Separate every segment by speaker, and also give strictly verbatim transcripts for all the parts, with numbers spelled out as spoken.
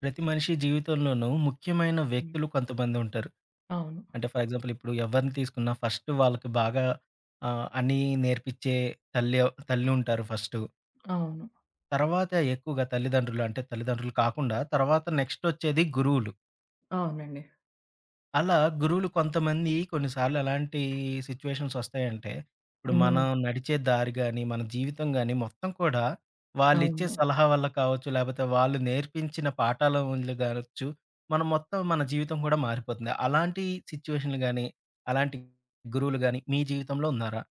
Speaker 1: ప్రతి మనిషి జీవితంలోనూ ముఖ్యమైన
Speaker 2: హ్మ్.
Speaker 1: వ్యక్తులు కొంతమంది ఉంటారు.
Speaker 2: అవును.
Speaker 1: అంటే ఫర్ ఎగ్జాంపుల్ ఇప్పుడు ఎవరిని తీసుకున్నా ఫస్ట్ వాళ్ళకి బాగా ఆహ్, అన్నీ నేర్పించే తల్లి తల్లి ఉంటారు ఫస్టు.
Speaker 2: అవును.
Speaker 1: తర్వాత ఎక్కువగా తల్లిదండ్రులు అంటే తల్లిదండ్రులు కాకుండా తర్వాత నెక్స్ట్ వచ్చేది గురువులు.
Speaker 2: అవునండి.
Speaker 1: అలా గురువులు కొంతమంది కొన్నిసార్లు ఎలాంటి సిచ్యువేషన్స్ వస్తాయంటే, ఇప్పుడు
Speaker 2: హ్మ్.
Speaker 1: మనం నడిచే దారి గాని, మన జీవితం గాని మొత్తం కూడా వాళ్ళిచ్చే
Speaker 2: అవును.
Speaker 1: సలహా వల్ల కావచ్చు, లేపోతే వాళ్ళు నేర్పించిన పాఠాల వల్ల కావచ్చు, మనం మొత్తం మన జీవితం కూడా మారిపోతుంది. అలాంటి సిచ్యువేషన్‌లు గాని, అలాంటి గురువులు గాని మీ జీవితంలో ఉన్నారా?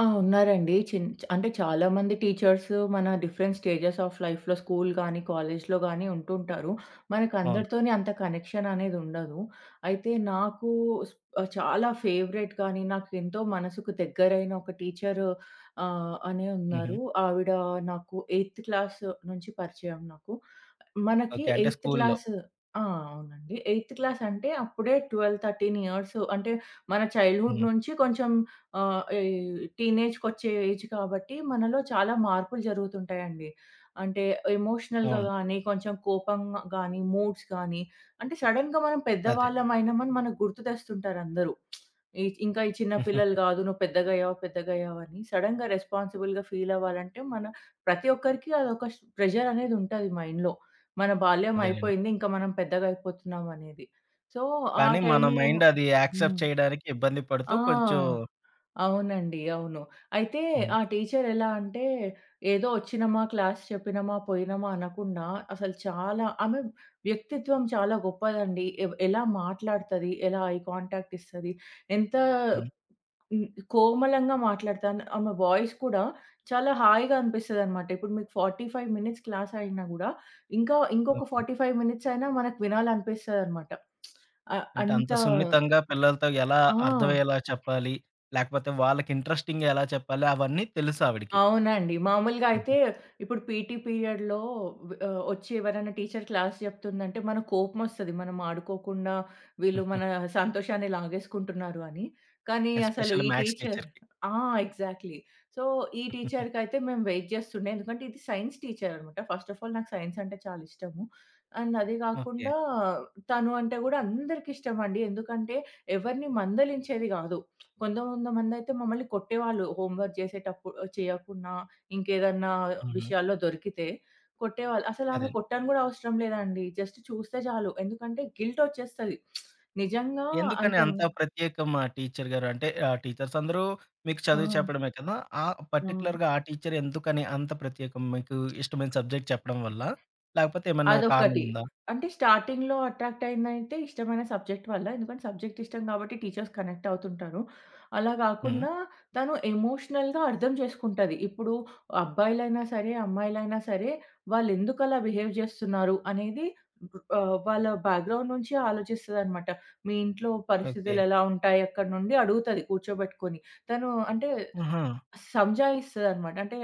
Speaker 2: ఆ! ఉన్నారండి. చిన్ అంటే చాలామంది టీచర్స్ మన డిఫరెంట్ స్టేజెస్ ఆఫ్ లైఫ్‌లో స్కూల్ గానీ, కాలేజ్‌లో గానీ ఉంటుంటారు.
Speaker 1: అవును.
Speaker 2: మనకందరితోని అంత కనెక్షన్ అనేది ఉండదు. అయితే నాకు స్ ఆహ్, చాలా ఫేవరెట్ కానీ, నాకెంతో మనసుకు దగ్గరైన ఒక టీచరు ఆహ్, అనే
Speaker 1: హుహు.
Speaker 2: ఉన్నారు. ఆవిడ నాకు ఎయిత్ క్లాస్ నుంచి పరిచయం నాకు. మనకి
Speaker 1: ఓకే. అంటే
Speaker 2: ఎయిత్
Speaker 1: స్కూల్లో.
Speaker 2: క్లాస్. ఆ! అవునండి. ఎయిత్ క్లాస్ అంటే అప్పుడే పన్నెండు, పదమూడు ఇయర్స్ అంటే మన చైల్డ్‌హుడ్
Speaker 1: హ్మ్.
Speaker 2: నుంచి కొంచెం ఆహ్, ఈ టీనేజ్‌కొచ్చే ఏజ్ కాబట్టి మనలో చాలా మార్పులు జరుగుతుంటాయండి. అంటే ఎమోషనల్‌గా
Speaker 1: అవును.
Speaker 2: గానీ, కొంచెం కోపంగా గానీ, మూడ్స్ గానీ, అంటే సడెన్‌గా మనం
Speaker 1: అదే.
Speaker 2: పెద్దవాళ్ళమయినామని మనకు గుర్తు తెస్తుంటారందరూ. ఈ ఇంకా ఈ చిన్న పిల్లలు గాదు, నువ్వు పెద్దగయ్యావు, పెద్దగయ్యావని. సడెన్‌గా రెస్పాన్సిబుల్‌గా ఫీల్ అవ్వాలంటే మన ప్రతి ఒక్కరికి అదొక స్ ప్రెషర్ అనేది ఉంటది మైండ్‌లో. మన బాల్యం
Speaker 1: అదేనండి.
Speaker 2: అయిపోయింది, ఇంకా మనం పెద్దగయిపోతున్నామనేది. సో, ఆ
Speaker 1: కానీ మన
Speaker 2: టైంలో.
Speaker 1: మైండ్ అది యాక్సెప్ట్
Speaker 2: హ్మ్.
Speaker 1: చేయడానికి ఇబ్బంది పడుతూ
Speaker 2: ఆ!
Speaker 1: కొంచెం
Speaker 2: అవునండి. అవును. అయితే
Speaker 1: హ్మ్.
Speaker 2: ఆ టీచర్ ఎలా అంటే, ఏదో వచ్చినమా, క్లాస్ చెప్పినమా, పోయినమా అనకుండా అసలు చాలా ఆమె వ్యక్తిత్వం చాలా గొప్పదండి. ఎవ్ ఎలా మాట్లాడుతది, ఎలా ఐ కాంటాక్ట్ ఇస్తది, ఎంత
Speaker 1: హ్మ్.
Speaker 2: హ్మ్, కోమలంగా మాట్లాడతాను. ఆమె వాయిస్ కూడా చాలా హాయిగా అనిపిస్తదనమాట. ఇప్పుడు మీకు నలభై ఐదు మినిట్స్ క్లాస్ అయినా గూడా, ఇంకా ఇంకొక
Speaker 1: ఓకే.
Speaker 2: నలభై ఐదు మినిట్స్ అయినా మనకు వినాలనిపిస్తదనమాట. ఆహ్,
Speaker 1: అంటే
Speaker 2: అంత.
Speaker 1: అంత సున్నితంగా పిల్లలతో ఎలా
Speaker 2: ఆ!
Speaker 1: అర్థమయ్యేలా చెప్పాలి? లేకపోతే వాళ్ళకి ఇంట్రెస్టింగ్‌గా ఎలా చెప్పాలి? అవన్నీ తెలుసు ఆవిడకి.
Speaker 2: అవునండి. మామూలుగా అయితే ఇప్పుడు పీటీ పీరియడ్‌లో వ్ ఆహ్, వచ్చి ఎవరైనా టీచర్ క్లాస్ చెప్తుందంటే మనకు కోపమొస్తది. మనం ఆడుకోకుండా వీళ్ళు మన సంతోషాన్ని లాగేసుకుంటున్నారు అని. కానీ అసలు
Speaker 1: ఎస్పెషల్లీ
Speaker 2: ఈ
Speaker 1: మ్యాథ్స్
Speaker 2: టీచర్.
Speaker 1: టీచర్‌కి.
Speaker 2: ఆ! ఎగ్జాక్ట్‌లీ. సో, ఈ టీచర్‌కైతే మేము వెయిట్ చేస్తుండే. ఎందుకంటే ఇది సైన్స్ టీచర్ అన్నమాట. ఫస్ట్ ఆఫ్ ఆల్ నాకు సైన్స్ అంటే చాలా ఇష్టము. అండ్ అది
Speaker 1: ఓకే.
Speaker 2: కాకుండా తను అంటే కూడా అందరికిష్టమండి. ఎందుకంటే ఎవరిని మందలించేది కాదు. కొంత కొంతమందైతే మమ్మల్ని కొట్టేవాళ్ళు. హోంవర్క్ చేసేటప్పుడు చేయకున్నా, ఇంకేదన్నా
Speaker 1: హుహు.
Speaker 2: విషయాల్లో దొరికితే కొట్టేవాళ్ళు. అసలామె
Speaker 1: అదే.
Speaker 2: కొట్టని గూడా అవసరం లేదండి. జస్ట్ చూస్తే చాలు. ఎందుకంటే గిల్ట్ ఒచ్చేస్తది. నిజంగా
Speaker 1: ఎందుకని
Speaker 2: అంత.
Speaker 1: అంత ప్రత్యేకం ఆ టీచర్ గారు? అంటే ఆహ్, టీచర్స్ అందరూ మీకు
Speaker 2: ఆ!
Speaker 1: చదువు చెప్పడమే కదా! ఆ
Speaker 2: అవును.
Speaker 1: పర్టిక్యులర్‌గా ఆ టీచర్ ఎందుకని అంత ప్రత్యేకం? మీకు ఇష్టమైన సబ్జెక్ట్ చెప్పడం వల్లా? లేకపోతే ఏమన్నా కారణం
Speaker 2: అదొకటి.
Speaker 1: ఉందా?
Speaker 2: అంటే స్టార్టింగ్‌లో అట్రాక్ట్ అయిందంటే ఇష్టమైన సబ్జెక్ట్ వల్ల. ఎందుకంటే సబ్జెక్ట్ ఇష్టం కాబట్టి టీచర్స్ కనెక్ట్ అవుతుంటారు. అలా
Speaker 1: హ్మ్.
Speaker 2: గాకుండా తను ఎమోషనల్‌గా అర్థం చేసుకుంటది. ఇప్పుడు అబ్బాయిలైనా సరే, అమ్మాయిలైనా సరే వాళ్ళెందుకు అలా బిహేవ్ జేస్తున్నారు అనేది ఆహ్, వాళ్ళ బ్యాక్‌గ్రౌండ్ నుంచి ఆలోచిస్తదనమాట. మీ ఇంట్లో
Speaker 1: ఓకే.
Speaker 2: పరిస్థితులు ఎలా ఉంటాయి అక్కడి నుండి అడుగుతది కూర్చోబెట్టుకొని. తను అంటే
Speaker 1: ఆహా!
Speaker 2: సంజాయిస్తదనమాట. అంటే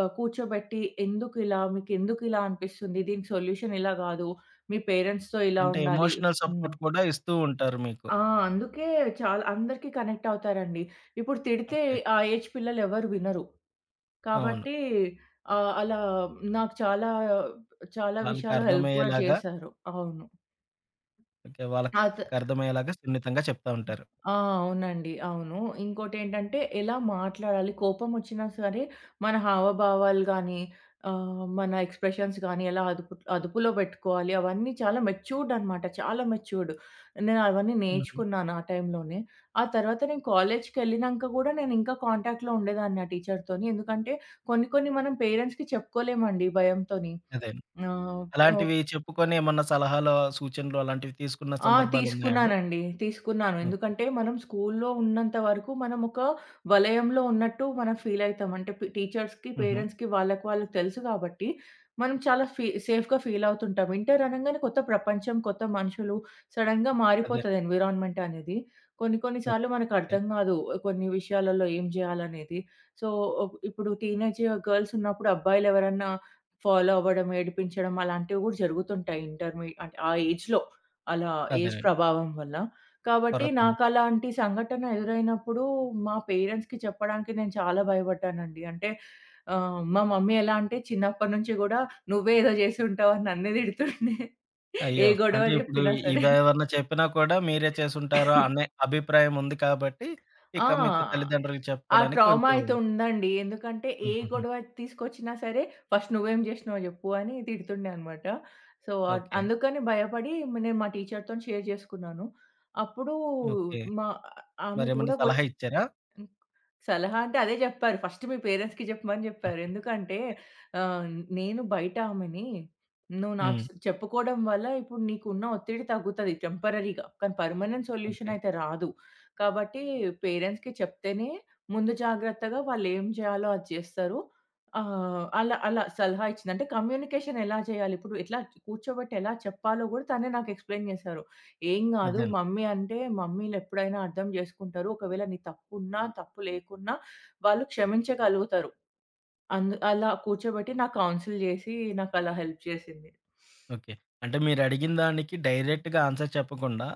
Speaker 2: ఆహ్, కూర్చోబెట్టి ఎందుకిలా? మీకెందుకిలా అనిపిస్తుంది? దీని సొల్యూషన్ ఇలా గాదు. మీ పేరెంట్స్‌తో ఇలా
Speaker 1: అంటే
Speaker 2: ఉండాలి.
Speaker 1: ఎమోషనల్
Speaker 2: హ్మ్.
Speaker 1: సపోర్ట్ కూడా ఇస్తూ ఉంటారు మీకు.
Speaker 2: ఆ! అందుకే చాలా అందరికీ కనెక్ట్ అవుతారండి. ఇప్పుడు తిడితే
Speaker 1: ఓకే.
Speaker 2: ఆ ఏజ్ పిల్లలెవరు వినరు.
Speaker 1: అవును.
Speaker 2: కాబట్టి ఆహ్, అలా నాకు చాలా చాలా విషయాల్లో హెల్ప్ గూడా
Speaker 1: వాళ్ళకర్థమయ్యేలాగా
Speaker 2: చేశారు. అవును.
Speaker 1: ఓకే.
Speaker 2: అత
Speaker 1: వాళ్ళకర్థమయ్యేలాగా సున్నితంగా చెప్తా ఉంటారు.
Speaker 2: ఆ! అవునండి. అవును. ఇంకోటేంటంటే ఎలా మాట్లాడాలి, కోపం వచ్చినా సరే మన హావభావాలు గానీ, ఆహ్, మన ఎక్స్‌ప్రెషన్స్ గానీ ఎలా అదుపు అదుపులో పెట్టుకోవాలి అవన్నీ చాలా మెచ్యూర్డ్ అనమాట. చాలా మెచ్యూర్డ్. నేను అవన్నీ
Speaker 1: హుహు.
Speaker 2: నేర్చుకున్నాను ఆ టైంలోనే. ఆ తర్వాత నేను కాలేజ్‌కెళ్ళినంక గూడా నేను ఇంకా కాంటాక్ట్‌లో ఉండేదాన్ని ఆ టీచర్‌తోని. ఎందుకంటే కొన్ని కొన్ని మనం పేరెంట్స్‌కి చెప్పుకోలేమండి భయంతోని.
Speaker 1: అదే.
Speaker 2: ఆహ్, ఓహ్
Speaker 1: అలాంటివి చెప్పుకొని ఏమన్నా సలహాలు, సూచనలు అలాంటివి తీసుకున్న
Speaker 2: ఆ!
Speaker 1: సందర్భాలున్నాయా అండి?
Speaker 2: తీసుకున్నానండి. తీసుకున్నాను.
Speaker 1: ఓకే.
Speaker 2: ఎందుకంటే మనం స్కూల్లో ఉన్నంత వరకు మనం ఒక వలయంలో ఉన్నట్టు మనం ఫీల్ అయితాం. అంటే పి టీచర్స్‌కి,
Speaker 1: హుహు.
Speaker 2: పేరెంట్స్‌కి వాళ్ళకి వాళ్ళకి తెలుసు కాబట్టి మనం చాలా ఫీ సేఫ్‌గా ఫీల్ అవుతుంటాం. ఇంటర్ అనంగానే కొత్త ప్రపంచం, కొత్త మనుషులు సడెన్‌గా
Speaker 1: అదే.
Speaker 2: మారిపోతది ఎన్విరాన్మెంట్ అనేది. కొన్ని కొన్ని
Speaker 1: ఓకే.
Speaker 2: సార్లు మనకు అర్థం కాదు. కొన్ని విషయాలలో ఏం చేయాలనేది. సో, ఇప్పుడు టీనేజ్ గర్ల్స్ ఉన్నప్పుడు అబ్బాయిలు ఎవరన్నా ఫాలో అవ్వడం, ఏడిపించడం అలాంటివి కూడా జరుగుతుంటాయి ఇంటర్మీ అంటే ఆ ఏజ్‌లో. అలా ఏజ్
Speaker 1: అదేనండి.
Speaker 2: ప్రభావం వల్ల. కాబట్టి
Speaker 1: కొర్రతనం.
Speaker 2: నాకలాంటి సంఘటన ఎదురైనప్పుడు మా పేరెంట్స్‌కి చెప్పడానికి నేను చాలా భయపడ్డానండి. అంటే ఆహ్, మా మమ్మీ ఎలా అంటే చిన్నప్పటి నుంచి గూడా "నువ్వే ఏదో చేసి ఉంటావు" అని నన్నే తిడుతుండే. ఏ
Speaker 1: అయ్యో!
Speaker 2: గొడవ
Speaker 1: అంటే ఇప్పుడు
Speaker 2: చెప్పినా సరే.
Speaker 1: ఇవేమన్నా చెప్పినా కూడా మీరే చేసుంటారు అనే అభిప్రాయం ఉంది కాబట్టి,
Speaker 2: ఆ!
Speaker 1: ఇక మీకు తల్లిదండ్రులకి
Speaker 2: ఆ
Speaker 1: చెప్పుకోవడానికి
Speaker 2: ట్రామా
Speaker 1: కొంచెం
Speaker 2: అయితే ఉందండి. ఎందుకంటే ఏ
Speaker 1: హుహుహు.
Speaker 2: గొడవ తీసుకొచ్చినా సరే "ఫస్ట్ నువ్వేం జేసినావో జెప్పు" అని తిడుతుండే అనమాట. సో, అద్
Speaker 1: ఓకే.
Speaker 2: అందుకని భయపడి మ నేను మా టీచర్‌తోని షేర్ జేసుకున్నాను. అప్పుడు
Speaker 1: ఓకే.
Speaker 2: మా ఆమె
Speaker 1: మరేమన్నా
Speaker 2: కూడా
Speaker 1: సలహా
Speaker 2: కొచ్చి
Speaker 1: ఇచ్చారా?
Speaker 2: సలహా అంటే అదే జెప్పారు. ఫస్ట్ మీ పేరెంట్స్‌కి జెప్పమని జెప్పారు. ఎందుకంటే ఆహ్, నేను బయట ఆమెని. నువ్వు నాకు
Speaker 1: హ్మ్.
Speaker 2: స్ చెప్పుకోవడం వల్ల ఇప్పుడు నీకున్న ఒత్తిడి తగ్గుతది టెంపరరీగా. కానీ పర్మనెంట్ సొల్యూషన్
Speaker 1: ఓకే.
Speaker 2: అయితే రాదు. కాబట్టి పేరెంట్స్‌కి చెప్తేనే ముందు జాగ్రత్తగా వాళ్ళేం జేయాలో అది జేస్తారు. ఆహ్, అలా అలా సలహా ఇచ్చింది. అంటే కమ్యూనికేషన్ ఎలా చేయాలి? ఇప్పుడు ఎట్లా కూర్చోబెట్టి ఎలా చెప్పాలో గూడా తనే నాకు ఎక్స్‌ప్లెయిన్ జేశారు. ఏం గాదు.
Speaker 1: అదే.
Speaker 2: మమ్మీ అంటే మమ్మీలెప్పుడైనా అర్థం జేసుకుంటారు. ఒకవేళ నీ తప్పున్నా, తప్పు లేకున్నా వాళ్ళు క్షమించగలుగుతారు. అందు అలా కూర్చోబెట్టి నాకు కౌన్సిల్ జేసి నాకలా హెల్ప్ చేసింది.
Speaker 1: ఓకే. అంటే మీరడిగిన దానికి డైరెక్ట్‌గా ఆన్సర్ చెప్పకుండా,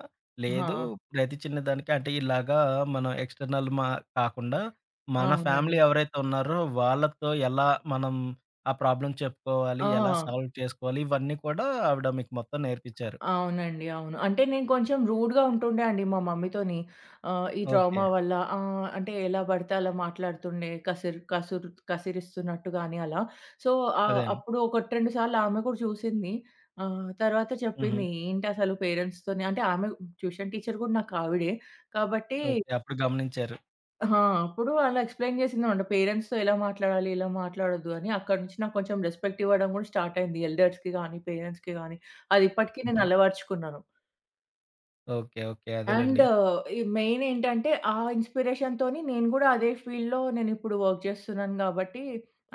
Speaker 2: ఆ!
Speaker 1: లేదు ప్రతి చిన్న దానికి అంటే ఇలాగా మనం ఎక్స్‌టర్నల్ మా కాకుండా, మన ఫ్యామిలీ
Speaker 2: అవునండి.
Speaker 1: ఎవరైతే ఉన్నారో వాళ్ళతో ఎలా మనం ఆ ప్రాబ్లమ్ చెప్పుకోవాలి,
Speaker 2: ఆ!
Speaker 1: ఎలా సాల్వ్ చేసుకోవాలి, ఇవన్నీ కూడా ఆవిడ మీకు మొత్తం నేర్పించారు.
Speaker 2: అవునండి. అవును. అంటే నేను కొంచెం రూడ్‌గా ఉంటుండే అండి మా మమ్మీతోని. ఆహ్, ఈ
Speaker 1: ఓకే.
Speaker 2: ట్రామా వల్ల ఆహ్, అంటే ఎలా పడితే అలా మాట్లాడుతుండే. కసిర్ కసురు కసిరిస్తున్నట్టు గాని అలా. సో,
Speaker 1: అదే
Speaker 2: ఆహ్,
Speaker 1: అండి.
Speaker 2: అప్పుడు ఒకటి, రెండు సార్లు ఆమె కూడా చూసింది. ఆహ్, తర్వాత
Speaker 1: హుహు.
Speaker 2: చెప్పింది. ఏంటసలు పేరెంట్స్‌తోని అంటే ఆమె ట్యూషన్ టీచర్ కూడా నాకు ఆవిడే. కాబట్టి
Speaker 1: ఓకే. అప్పుడు గమనించారు.
Speaker 2: ఆ! అప్పుడు అలా ఎక్స్‌ప్లెయిన్ చేసిందనమాట. పేరెంట్స్‌తో ఎలా మాట్లాడాలి, ఎలా మాట్లాడొద్దు అని. అక్కడి నుంచి నాకు కొంచెం రెస్పెక్ట్ ఇవ్వడం కూడా స్టార్ట్ అయింది. ఎల్డర్స్‌కి గాని, పేరెంట్స్‌కి గాని. అది ఇప్పటికి నేను
Speaker 1: హుహు.
Speaker 2: అలవరుచుకున్నాను.
Speaker 1: ఓకే. ఓకే.
Speaker 2: అండ్
Speaker 1: అదేలెండి.
Speaker 2: ఈ మెయిన్ ఏంటంటే, ఆ ఇన్‌స్పిరేషన్‌తోని నేను గూడా అదే ఫీల్డ్‌లో నేనిప్పుడు వర్క్ జేస్తున్నాను గాబట్టి,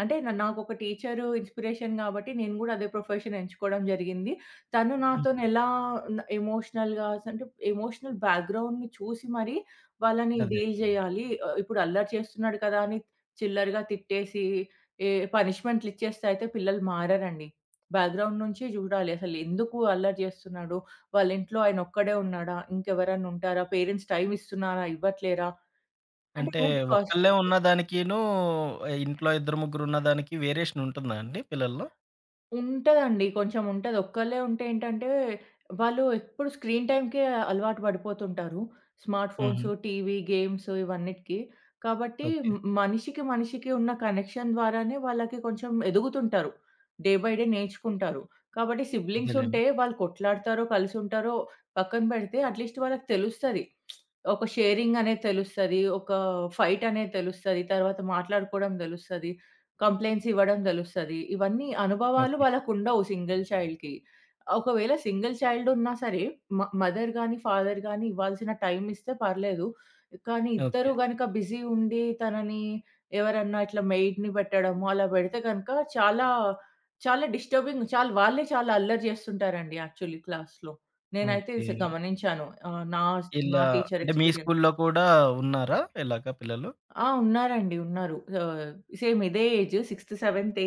Speaker 2: అంటే న నాకొక టీచరు ఇన్‌స్పిరేషన్ గాబట్టి, నేను గూడా అదే ప్రొఫెషన్ ఎంచుకోవడం జరిగింది. తను. హుహు.
Speaker 1: హ్మ్.
Speaker 2: నాతోని ఎలా న ఎమోషనల్‌గా అంటే ఎమోషనల్ బ్యాక్‌గ్రౌండ్‌ని చూసి మరి వాళ్ళని
Speaker 1: అదే.
Speaker 2: డీల్ జేయాలి. ఆహ్, ఇప్పుడు అల్లరి చేస్తున్నాడు కదా! అని చిల్లరగా తిట్టేసి, ఏ పనిష్మెంట్‌లిచ్చేస్తే అయితే పిల్లలు మారరండి. బ్యాక్‌గ్రౌండ్ నుంచే జూడాలి. అసలు ఎందుకు అల్లరి జేస్తున్నాడు? వాళ్ళింట్లో ఆయనొక్కడే ఉన్నాడా? ఇంకెవరన్నా ఉంటారా? పేరెంట్స్ టైమిస్తున్నారా? ఇవ్వట్లేరా? అంటే
Speaker 1: అంటే
Speaker 2: రూట్
Speaker 1: ఒక్కళ్ళే
Speaker 2: కాస్టింగ్.
Speaker 1: ఉన్నదానికిను, ఇంట్లో ఇద్దరు ముగ్గురు ఉన్నదానికి వేరియేషన్ ఉంటుందా అండి పిల్లల్లో?
Speaker 2: ఉంటదండి. కొంచెం ఉంటది. ఒక్కళ్ళే ఉంటే ఏంటంటే, వాళ్ళు ఎప్పుడు స్క్రీన్ టైమ్‌కే అలవాటు పడిపోతుంటారు. స్మార్ట్
Speaker 1: హుహు.
Speaker 2: ఫోన్స్, టీవీ, గేమ్స్ ఇవన్నిటికి. కాబట్టి
Speaker 1: ఓకే.
Speaker 2: మ్ మనిషికి, మనిషికి ఉన్న కనెక్షన్ ద్వారానే వాళ్ళకి కొంచెం ఎదుగుతుంటారు. డే బై డే నేర్చుకుంటారు. కాబట్టి సిబ్లింగ్స్
Speaker 1: అదేలెండి.
Speaker 2: ఉంటే వాళ్ళు కొట్లాడతారో, కలిసుంటారో పక్కన పెడితే అట్‌లీస్ట్ వాళ్ళకి తెలుస్తది. ఒక షేరింగ్ అనేది తెలుస్తది. ఒక ఫైట్ అనేది తెలుస్తది. తర్వాత మాట్లాడుకోవడం తెలుస్తది. కంప్లెయింట్స్ ఇవ్వడం తెలుస్తది. ఇవన్నీ అనుభవాలు
Speaker 1: ఓకే.
Speaker 2: వాళ్ళకుండవు సింగిల్ చైల్డ్‌కి. ఒకవేళ సింగిల్ చైల్డ్ ఉన్నా సరే, మ మదర్ గాని, ఫాదర్ గాని ఇవ్వాల్సిన టైమ్ ఇస్తే పర్లేదు. కానీ
Speaker 1: ఓకే.
Speaker 2: ఇద్దరు గనక బిజీ ఉండి తనని ఎవరన్నా ఇట్లా మెయిడ్‌ని పెట్టడము అలా పెడితే గనక చాలా, చాలా డిస్టర్బింగ్ చాలా వాళ్ళే చాలా అల్లరి చేస్తుంటారండి యాక్చువల్లీ క్లాస్‌లో. నేనైతే
Speaker 1: ఓకే.
Speaker 2: స్ గమనించాను. ఆహ్, నా, నా
Speaker 1: ఇలా
Speaker 2: టీచర్
Speaker 1: అంటే మీ
Speaker 2: ఎక్స్‌పీరియన్స్.
Speaker 1: స్కూల్లో కూడా ఉన్నారా ఇలాగ పిల్లలు?
Speaker 2: ఆ! ఉన్నారండి. ఉన్నారు. ఆహ్, సేమ్ ఇదే ఏజ్ ఆరు, ఏడు, ఎనిమిది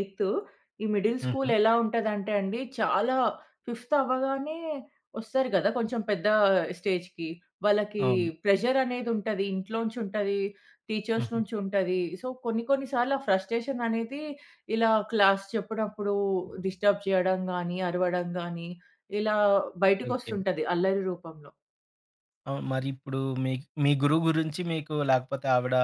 Speaker 2: ఈ మిడిల్ స్కూల్
Speaker 1: హుహు.
Speaker 2: ఎలా ఉంటదంటే అండి చాలా. ఫిఫ్త్ అవ్వగానే వస్తారు గదా! కొంచెం పెద్ద స్టేజ్‌కి. వాళ్ళకి
Speaker 1: అవును.
Speaker 2: ప్రెషర్ అనేది ఉంటది. ఇంట్లోంచి ఉంటది. టీచర్స్
Speaker 1: హుహు.
Speaker 2: నుంచి ఉంటది. సో, కొన్ని కొన్ని సార్లు ఆ ఫ్రస్ట్రేషన్ అనేది ఇలా క్లాస్ చెప్పినప్పుడు డిస్టర్బ్ చేయడం గానీ, అరవడం గానీ ఇలా
Speaker 1: ఓకే.
Speaker 2: బయటికొస్తుంటది అల్లరి రూపంలో.
Speaker 1: అవును. మరిప్పుడు మీ మీ గురువు గురించి మీకు లేకపోతే ఆవిడ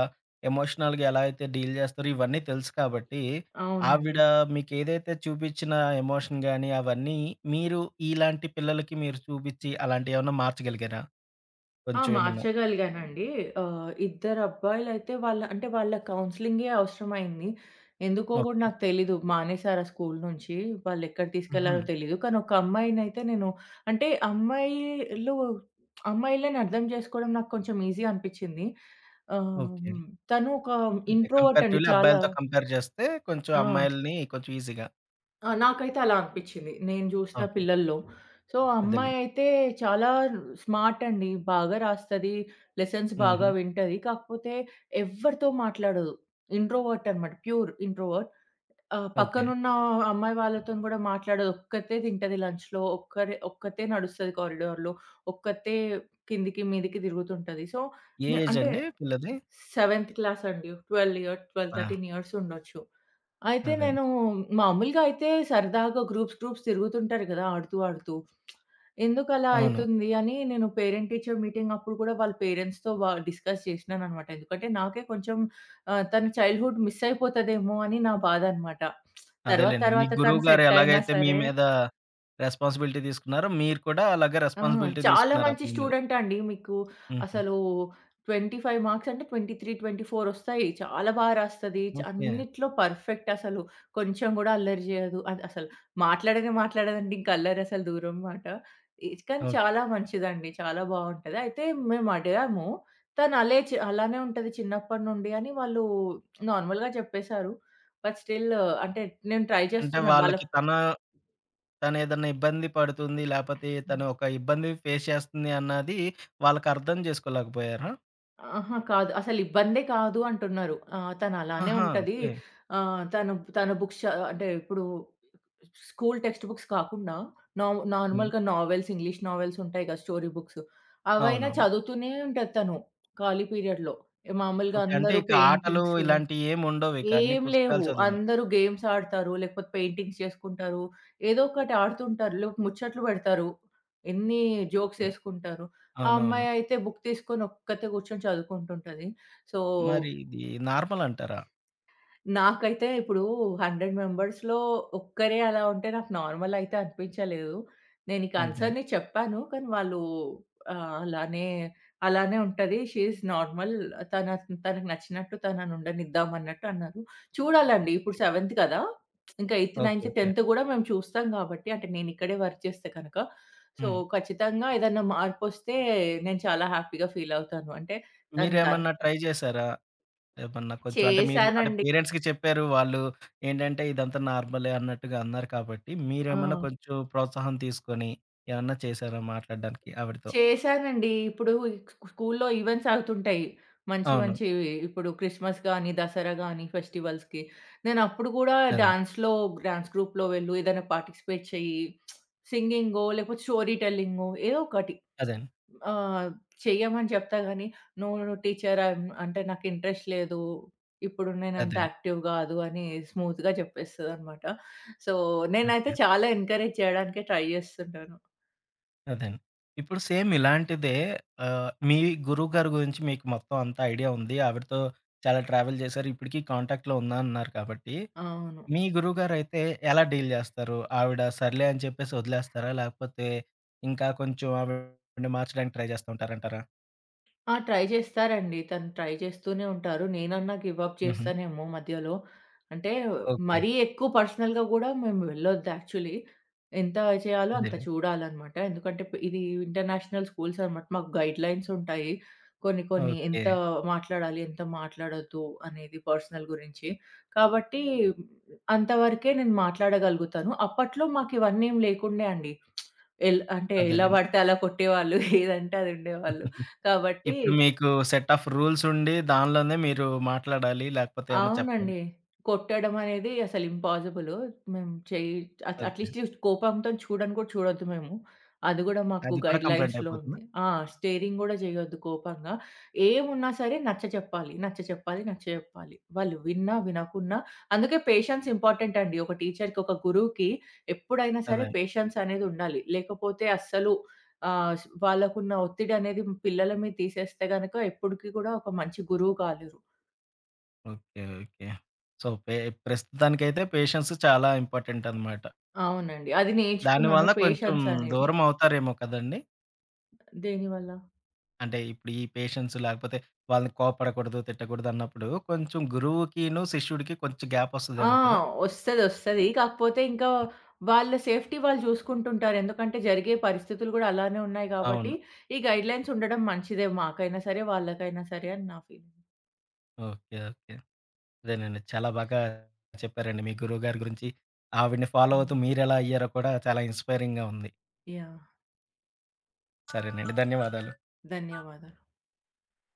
Speaker 1: ఎమోషనల్‌గా ఎలా అయితే డీల్ చేస్తారో ఇవన్నీ తెలుసు కాబట్టి,
Speaker 2: అవునండి.
Speaker 1: ఆవిడ మీకేదైతే చూపించిన ఎమోషన్ గాని అవన్నీ మీరు ఇలాంటి పిల్లలకి మీరు చూపించి అలాంటియేమన్నా మార్చగలిగారా?
Speaker 2: ఆ!
Speaker 1: కొంచెం ఏమన్నా?
Speaker 2: మార్చగలిగానండి. ఆహ్, ఇద్దరు అబ్బాయిలైతే వాళ్ళ అంటే వాళ్ళ కౌన్సెలింగే అవసరమైంది. ఎందుకో గూడా
Speaker 1: ఓకే.
Speaker 2: నాకు తెలీదు. మానేసారు ఆ స్కూల్ నుంచి. వాళ్ళెక్కడికి
Speaker 1: హుహు.
Speaker 2: తీసుకెళ్లారో తెలీదు. కానీ ఒక అమ్మాయినైతే నేను అంటే అమ్మాయిలు అమ్మాయిలని అర్థం చేసుకోవడం నాకు కొంచెం ఈజీ అనిపిచ్చింది. ఆహ్,
Speaker 1: ఓకే.
Speaker 2: హ్మ్. తను ఒక
Speaker 1: అంటే
Speaker 2: ఇంట్రోవర్ట్ అండి
Speaker 1: కంపారిటివ్‌లీ
Speaker 2: చాలా.
Speaker 1: అబ్బాయిలతో కంపేర్ చేస్తే కొంచెం
Speaker 2: ఆ!
Speaker 1: అమ్మాయిలని కొంచెం ఈజీగా.
Speaker 2: ఆ! నాకైతే అలా అనిపిచ్చింది. నేను జూసిన
Speaker 1: ఓకే.
Speaker 2: పిల్లల్లో. సో, ఆ
Speaker 1: అదేలెండి.
Speaker 2: అమ్మాయయితే చాలా స్మార్ట్ అండి. బాగా రాస్తది. లెసన్స్
Speaker 1: హుహు.
Speaker 2: బాగా వింటది. కాకపోతే ఎవ్వరితో మాట్లాడదు. ఇంట్రోవర్ట్ అనమాట. Pure introvert. ఆహ్,
Speaker 1: ఓకే.
Speaker 2: పక్కనున్న అమ్మాయి వాళ్ళతోని గూడా మాట్లాడదు. ఒక్కతే తింటది లంచ్‌లో. ఒక్కరే ఒక్కతే నడుస్తది కారిడార్‌లో. ఒక్కతే కిందికి, మీదికి తిరుగుతుంటది. సో,
Speaker 1: ఏ
Speaker 2: నే
Speaker 1: ఏజ్
Speaker 2: అంటే
Speaker 1: అండి పిల్లది?
Speaker 2: సెవెంత్ క్లాస్ అండి. పన్నెండు ఇయర్ పన్నెండు, పదమూడు
Speaker 1: ఆ!
Speaker 2: ఇయర్స్ ఉండొచ్చు. అయితే
Speaker 1: అదే.
Speaker 2: నేను మామూలుగా అయితే సరదాగా గ్రూప్స్, గ్రూప్స్ తిరుగుతుంటారు కదా! ఆడుతూ, ఆడుతూ. ఎందుకలా
Speaker 1: అవును.
Speaker 2: అయితుంది అని నేను పేరెంట్ టీచర్ మీటింగ్ అప్పుడు కూడా వాళ్ళ పేరెంట్స్‌తో వ డిస్కస్ చేసినాననమాట. ఎందుకంటే నాకే కొంచెం ఆహ్, తన చైల్డ్‌హుడ్ మిస్ అయిపోతదేమో అని నా బాధనమాట. తర్వాత,
Speaker 1: అదేలెండి. మీ
Speaker 2: తర్వాత తను
Speaker 1: గురువుగారు
Speaker 2: సెట్ అయినా
Speaker 1: ఎలాగైతే మీ
Speaker 2: సరే.
Speaker 1: మీద రెస్పాన్సిబిలిటీ తీసుకున్నారో, మీరు కూడా అలాగే
Speaker 2: ఆ!
Speaker 1: రెస్పాన్సిబిలిటీ
Speaker 2: చాలా
Speaker 1: తీసుకున్నారు ఆ
Speaker 2: మంచి
Speaker 1: పిల్ల మీద.
Speaker 2: స్టూడెంట్ అండి. మీకు
Speaker 1: హుహు.
Speaker 2: అసలు ఇరవై ఐదు మార్క్స్ అంటే ఇరవై మూడు, ఇరవై నాలుగు వస్తాయి. చాలా బా రాస్తది. చ
Speaker 1: ఓకే.
Speaker 2: అన్నిట్లో పర్ఫెక్ట్ అసలు. కొంచెం గూడా అల్లరి జేయదు. అది అసలు మాట్లాడనే మాట్లాడదండి. ఇంక అల్లరి అసలు దూరం మాట. ఇచ్ కానీ
Speaker 1: ఓకే.
Speaker 2: చాలా మంచిదండి. చాలా బావుంటది. అయితే మేము అడిగాము. తను అలే చ్ అలానే ఉంటది చిన్నప్పటి నుండి అని వాళ్ళు నార్మల్‌గా చెప్పేశారు. బట్ స్టిల్ అంటే నేను ట్రై
Speaker 1: అంటే
Speaker 2: చేస్తున్నాను. వాళ్ళ.
Speaker 1: వాళ్ళకి తన తనేదన్నా ఇబ్బంది పడుతుంది, లేపోతే తను ఒక ఇబ్బంది ఫేస్ చేస్తుంది అన్నది వాళ్ళకర్థం చేసుకోలేకపోయారా?
Speaker 2: అహా! కాదు. అసలిబ్బందే కాదు అంటున్నారు. ఆహ్, తనలానే
Speaker 1: ఆహా!
Speaker 2: ఉంటది.
Speaker 1: ఓకే.
Speaker 2: ఆహ్, తను తన బుక్స్ చ అంటే ఇప్పుడు స్కూల్ టెక్స్ట్ బుక్స్ కాకుండా నార్
Speaker 1: హ్మ్.
Speaker 2: నార్మల్‌గా నావెల్స్, ఇంగ్లీష్ నావెల్స్ ఉంటాయి కదా! Story books. అవైనా
Speaker 1: అవునవును.
Speaker 2: చదువుతూనే ఉంటది తను ఖాళీ పీరియడ్‌లో. మామూలుగా
Speaker 1: ఓకే. అంటే
Speaker 2: అందరూ
Speaker 1: ఇక ఆటలు
Speaker 2: పెయింటింగ్స్.
Speaker 1: ఇలాంటియేమి ఉండవిక అన్ని
Speaker 2: ఏం
Speaker 1: పుస్తకాలు
Speaker 2: లేవు.
Speaker 1: చదవడమే.
Speaker 2: అందరూ గేమ్స్ ఆడతారు. లేకపోతే పెయింటింగ్స్ చేసుకుంటారు. ఏదో ఒకటి ఆడుతుంటారు. లేకపోతే ముచ్చట్లు పెడతారు. ఎన్ని జోక్స్
Speaker 1: ఓకే.
Speaker 2: ఏసుకుంటారు. ఆ
Speaker 1: అవునవును.
Speaker 2: అమ్మాయి అయితే బుక్ తీసుకొని ఒక్కతే కూర్చొని చదువుకుంటుంటది. సో,
Speaker 1: మరి ఇది నార్మల్ అంటారా?
Speaker 2: నాకైతే ఇప్పుడు వంద మెంబర్స్‌లో ఒక్కరే అలా ఉంటే నాకు నార్మల్ అయితే అనిపించలేదు. నేను ఈ
Speaker 1: అంతే.
Speaker 2: కన్సర్న్‌ని చెప్పాను. కానీ వాళ్ళు ఆహ్, అలానే అలానే ఉంటది. She is normal. తన తనకు నచ్చినట్టు తనని ఉండనిద్దాం అన్నట్టు అన్నారు. చూడాలండి ఇప్పుడు సెవెంత్ కదా! ఇంకా eighth,
Speaker 1: okay.
Speaker 2: Ninth,
Speaker 1: okay.
Speaker 2: Tenth కూడా మేము చూస్తాం కాబట్టి అంటే నేను ఇక్కడే వర్క్ చేస్తే కనుక. సో,
Speaker 1: హ్మ్.
Speaker 2: ఖచ్చితంగా ఏదన్నా మార్పొస్తే నేను చాలా హ్యాపీగా ఫీల్ అవుతాను. అంటే తను తను
Speaker 1: మీరేమన్నా ట్రై చేశారా? ఏమన్నా కొంచెం అంటే మీరు అంటే
Speaker 2: చేశానండి.
Speaker 1: పేరెంట్స్‌కి చెప్పారు. వాళ్ళు ఏంటంటే ఇదంతా నార్మలే అన్నట్టుగా అన్నారు కాబట్టి,
Speaker 2: ఆ!
Speaker 1: మీరేమన్నా కొంచెం ప్రోత్సాహం తీసుకొని ఏమన్నా చేశారా మాట్లాడడానికి ఆవిడతో?
Speaker 2: చేశానండి. ఇప్పుడు స్కూ స్కూల్లో ఈవెంట్స్ అవుతుంటాయి. మంచి
Speaker 1: అవును.
Speaker 2: మంచివి. ఇప్పుడు క్రిస్మస్ గానీ, దసరా గానీ ఫెస్టివల్స్‌కి. నేనప్పుడు గూడా
Speaker 1: అదే.
Speaker 2: డాన్స్‌లో డాన్స్ గ్రూప్‌లో వెళ్ళు, ఏదైనా పార్టిసిపేట్ చెయ్యి. సింగింగో, లేకపోతే స్టోరీ టెల్లింగో ఏదో ఒకటి.
Speaker 1: అదే.
Speaker 2: ఆహ్, చెయ్యమని చెప్తా గానీ, "నో నో టీచర్ ఆహ్, అంటే నాకు ఇంట్రెస్ట్ లేదు. ఇప్పుడు నేనంత
Speaker 1: అదే.
Speaker 2: యాక్టివ్ గాదు" అని స్మూత్‌గా చెప్పేస్తదనమాట. So,
Speaker 1: okay.
Speaker 2: నేనైతే చాలా ఎంకరేజ్ చేయడానికే ట్రై చేస్తుంటాను.
Speaker 1: అదేండి. ఇప్పుడు సేమ్ ఇలాంటిదే ఆహ్, మీ గురువుగారి గురించి మీకు మొత్తం అంతా ఐడియా ఉంది. ఆవిడతో చాలా ట్రావెల్ చేశారు. ఇప్పటికి కాంటాక్ట్‌లో ఉన్నా అన్నారు కాబట్టి,
Speaker 2: అవును.
Speaker 1: మీ గురువుగారైతే ఎలా డీల్ చేస్తారు? ఆవిడ సర్లే అని చెప్పేసి వదిలేస్తారా? లేకపోతే ఇంకా కొంచెం ఆవిడని మార్చడానికి ట్రై చేస్తూ ఉంటారంటారా?
Speaker 2: ఆ! ట్రై చేస్తారండి. తను ట్రై చేస్తూనే ఉంటారు. నేనన్నా గివ్ అప్
Speaker 1: హుహు.
Speaker 2: చేస్తానేమో మధ్యలో. అంటే
Speaker 1: ఓకే.
Speaker 2: మరీ ఎక్కువ పర్సనల్‌గా గూడా మేము వెళ్ళొద్దు యాక్చువల్లీ. ఎంత చేయాలో అంత
Speaker 1: అదేలెండి.
Speaker 2: చూడాలనమాట. ఎందుకంటే ప్ ఇది ఇంటర్నేషనల్ స్కూల్స్ అనమాట. మాకు గైడ్‌లైన్స్ ఉంటాయి. కొన్ని కొన్ని
Speaker 1: ఓకే.
Speaker 2: ఎంత మాట్లాడాలి, ఎంత మాట్లాడొద్దు అనేది పర్సనల్ గురించి. కాబట్టి అంతవరకే నేను మాట్లాడగలుగుతాను. అప్పట్లో మాకు ఇవన్నీ ఏం లేకుండే అండి. ఎల్ అంటే ఎలా
Speaker 1: అదేలెండి.
Speaker 2: పడితే అలా కొట్టేవాళ్ళు. ఏదంటే అది ఉండేవాళ్ళు. కాబట్టి
Speaker 1: ఇప్పుడు మీకు సెట్ ఆఫ్ రూల్స్ ఉండి, దానిలోనే మీరు మాట్లాడాలి. లేకపోతే ఏమన్నా చెప్పాలి.
Speaker 2: అవునండి. కొట్టడం అనేది అసలు ఇంపాసిబులు. మేము చెయ్యి అట్
Speaker 1: ఓకే.
Speaker 2: అట్‌లీస్ట్ కోపంతో చూడను కూడా చూడొద్దు మేము. అది గూడా మాకు
Speaker 1: అది కూడా కంప్లెయింట్
Speaker 2: గైడ్‌లైన్స్‌లో
Speaker 1: అయిపోతుందా?
Speaker 2: ఉంది. ఆ! స్టీరింగ్ గూడా జేయొద్దు కోపంగా. ఏమున్నా సరే నచ్చచెప్పాలి. నచ్చచెప్పాలి. నచ్చచెప్పాలి. వాళ్ళు విన్నా, వినకున్నా అందుకే పేషెన్స్ ఇంపార్టెంట్ అండి. ఒక టీచర్‌కి, ఒక గురువుకి ఎప్పుడైనా సరే
Speaker 1: అదే.
Speaker 2: పేషెన్స్ అనేది ఉండాలి. లేకపోతే అస్సలు ఆహ్, వాళ్ళకున్న ఒత్తిడి అనేది పిల్లల మీద తీసేస్తే గనక ఎప్పటికి గూడా ఒక మంచి గురువు కాలేరు.
Speaker 1: ఓకే. ఓకే. సో, పే ప్రస్తుతానికైతే పేషెన్స్ చాలా ఇంపార్టెంట్ అనమాట.
Speaker 2: అవునండి. అది నేర్చుకున్నాను
Speaker 1: దానివల్ల కొంచెం
Speaker 2: పేషెన్స్ అనేది.
Speaker 1: దూరం అవుతారేమో కదండీ!
Speaker 2: దేనివల్ల?
Speaker 1: అంటే ఇప్పుడు ఈ పేషెన్స్ లేకపోతే వాళ్ళని కోపడకూడదు, తిట్టకూడదు అన్నప్పుడు కొంచెం గురువుకిను, శిష్యుడికి కొంచెం గ్యాప్
Speaker 2: ఆ!
Speaker 1: వస్తదేమో కదా!
Speaker 2: ఒస్తది. ఒస్తది. కాకపోతే ఇంకా వాళ్ళ సేఫ్టీ వాళ్ళు చూసుకుంటుంటారు. ఎందుకంటే జరిగే పరిస్థితులు గూడా అలానే ఉన్నాయి గాబట్టి,
Speaker 1: అవును.
Speaker 2: ఈ గైడ్‌లైన్స్ ఉండడం మంచిదే. మాకైనా సరే, వాళ్ళకైనా సరే అని నా ఫీలింగ్.
Speaker 1: ఓకే. ఓకే. అదేనండి. చాలా బాగా చెప్పారండి. మీ గురువుగారి గురించి, ఆవిడని ఫాలో
Speaker 2: హ్మ్.
Speaker 1: అవుతూ మీరెలా అయ్యారో కూడా చాలా ఇన్స్పైరింగ్‌గా ఉంది.
Speaker 2: యాహ్!
Speaker 1: సరేనండి. ధన్యవాదాలు.
Speaker 2: ధన్యవాదాలు.